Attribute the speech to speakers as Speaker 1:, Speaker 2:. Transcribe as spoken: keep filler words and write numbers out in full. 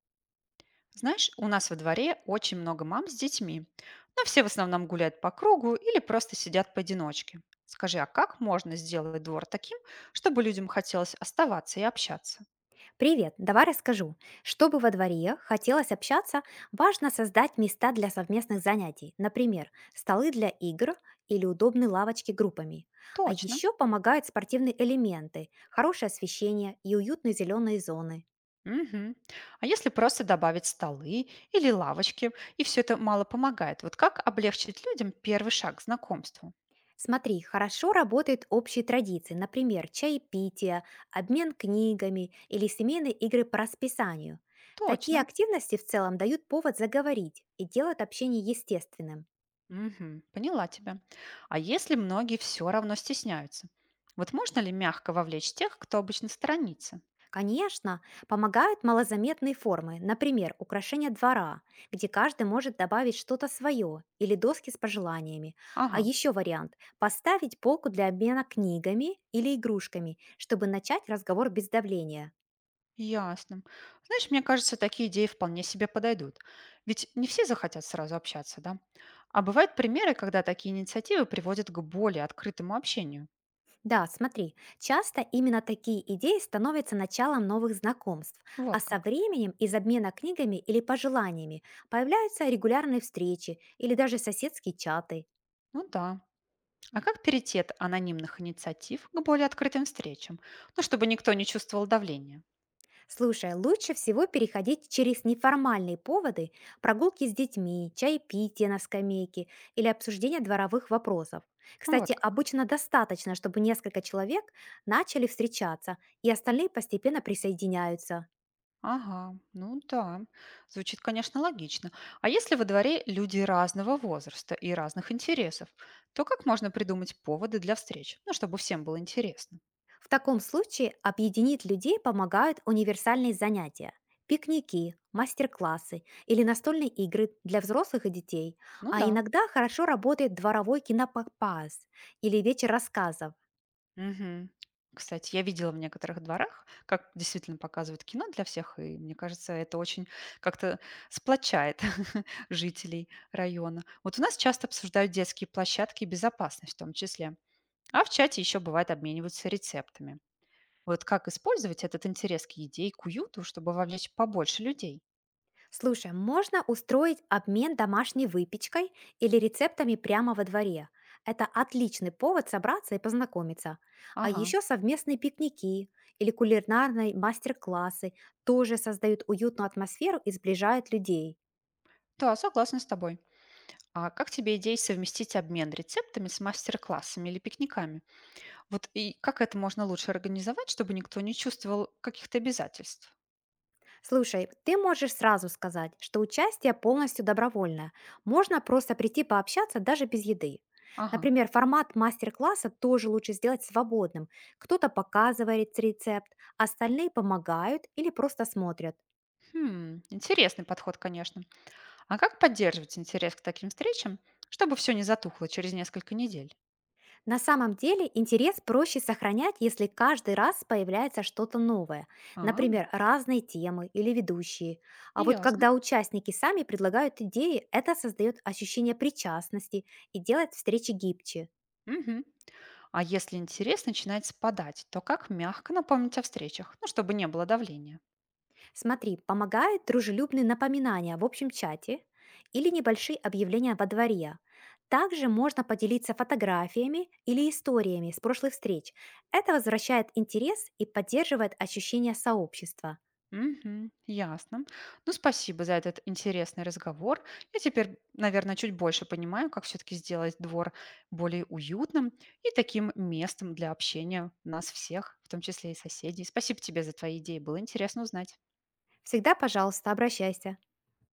Speaker 1: Знаешь, у нас во дворе очень много мам с детьми, но все в основном гуляют по кругу или просто сидят поодиночке. Скажи, а как можно сделать двор таким, чтобы людям хотелось оставаться и общаться?
Speaker 2: Привет, давай расскажу. Чтобы во дворе хотелось общаться, важно создать места для совместных занятий, например, столы для игр или удобные лавочки группами. А
Speaker 1: Точно.
Speaker 2: еще помогают спортивные элементы, хорошее освещение и уютные зеленые зоны.
Speaker 1: Мгм. А если просто добавить столы или лавочки, и все это мало помогает, вот как облегчить людям первый шаг к знакомству?
Speaker 2: Смотри, хорошо работают общие традиции, например, чаепитие, обмен книгами или семейные игры по расписанию. Такие
Speaker 1: Точно.
Speaker 2: активности в целом дают повод заговорить и делают общение естественным.
Speaker 1: Мгм. Поняла тебя. А если многие все равно стесняются? Вот можно ли мягко вовлечь тех, кто обычно сторонится?
Speaker 2: Конечно, помогают малозаметные формы, например, украшения двора, где каждый может добавить что-то свое или доски с пожеланиями. А
Speaker 1: Ага.
Speaker 2: еще вариант– поставить полку для обмена книгами или игрушками, чтобы начать разговор без давления.
Speaker 1: Ясно. Знаешь, мне кажется, такие идеи вполне себе подойдут. Ведь не все захотят сразу общаться, да? А бывают примеры, когда такие инициативы приводят к более открытому общению.
Speaker 2: Да, смотри, часто именно такие идеи становятся началом новых знакомств, а
Speaker 1: Вот
Speaker 2: со
Speaker 1: как.
Speaker 2: временем из обмена книгами или пожеланиями появляются регулярные встречи или даже соседские чаты.
Speaker 1: Ну да. А как перейти от анонимных инициатив к более открытым встречам? Ну, чтобы никто не чувствовал давления.
Speaker 2: Слушай, лучше всего переходить через неформальные поводы, прогулки с детьми, чаепитие на скамейке или обсуждение дворовых вопросов.
Speaker 1: Вот
Speaker 2: Кстати,
Speaker 1: как.
Speaker 2: обычно достаточно, чтобы несколько человек начали встречаться, и остальные постепенно присоединяются.
Speaker 1: Ага, ну да, звучит, конечно, логично. А если во дворе люди разного возраста и разных интересов, то как можно придумать поводы для встреч? Ну, чтобы всем было интересно.
Speaker 2: В таком случае объединить людей помогают универсальные занятия– пикники, мастер-классы или настольные игры для взрослых и детей.
Speaker 1: Ну
Speaker 2: А
Speaker 1: да.
Speaker 2: иногда хорошо работает дворовой кинопоказ или вечер рассказов.
Speaker 1: Мгм. Кстати, я видела в некоторых дворах, как действительно показывают кино для всех, и мне кажется, это очень как-то сплочает жителей района. Вот у нас часто обсуждают детские площадки и безопасность в том числе. А в чате еще бывает обмениваются рецептами. Вот как использовать этот интерес к еде и к уюту, чтобы вовлечь побольше людей?
Speaker 2: Слушай, а можно устроить обмен домашней выпечкой или рецептами прямо во дворе. Это отличный повод собраться и познакомиться. А
Speaker 1: Ага.
Speaker 2: еще совместные пикники или кулинарные мастер-классы тоже создают уютную атмосферу и сближают людей.
Speaker 1: Да, согласна с тобой. А как тебе идея совместить обмен рецептами с мастер-классами или пикниками? Вот и как это можно лучше организовать, чтобы никто не чувствовал каких-то обязательств?
Speaker 2: Слушай, ты можешь сразу сказать, что участие полностью добровольное. Можно просто прийти пообщаться даже без еды.
Speaker 1: Ага.
Speaker 2: Например, формат мастер-класса тоже лучше сделать свободным. Кто-то показывает рецепт, остальные помогают или просто смотрят.
Speaker 1: Хм, интересный подход, конечно. А как поддерживать интерес к таким встречам, чтобы все не затухло через несколько недель?
Speaker 2: На самом деле интерес проще сохранять, если каждый раз появляется что-то новое.
Speaker 1: А,
Speaker 2: Например, разные темы или ведущие. А вот
Speaker 1: ясно.
Speaker 2: когда участники сами предлагают идеи, это создает ощущение причастности и делает встречи гибче.
Speaker 1: Мгм. А если интерес начинает спадать, то как мягко напомнить о встречах, ну, чтобы не было давления?
Speaker 2: Смотри, помогает дружелюбные напоминания в общем чате или небольшие объявления во дворе. Также можно поделиться фотографиями или историями с прошлых встреч. Это возвращает интерес и поддерживает ощущение сообщества.
Speaker 1: Мгм. Ясно. Ну, спасибо за этот интересный разговор. Я теперь, наверное, чуть больше понимаю, как все-таки сделать двор более уютным и таким местом для общения нас всех, в том числе и соседей. Спасибо тебе за твои идеи. Было интересно узнать.
Speaker 2: Всегда, пожалуйста, обращайся.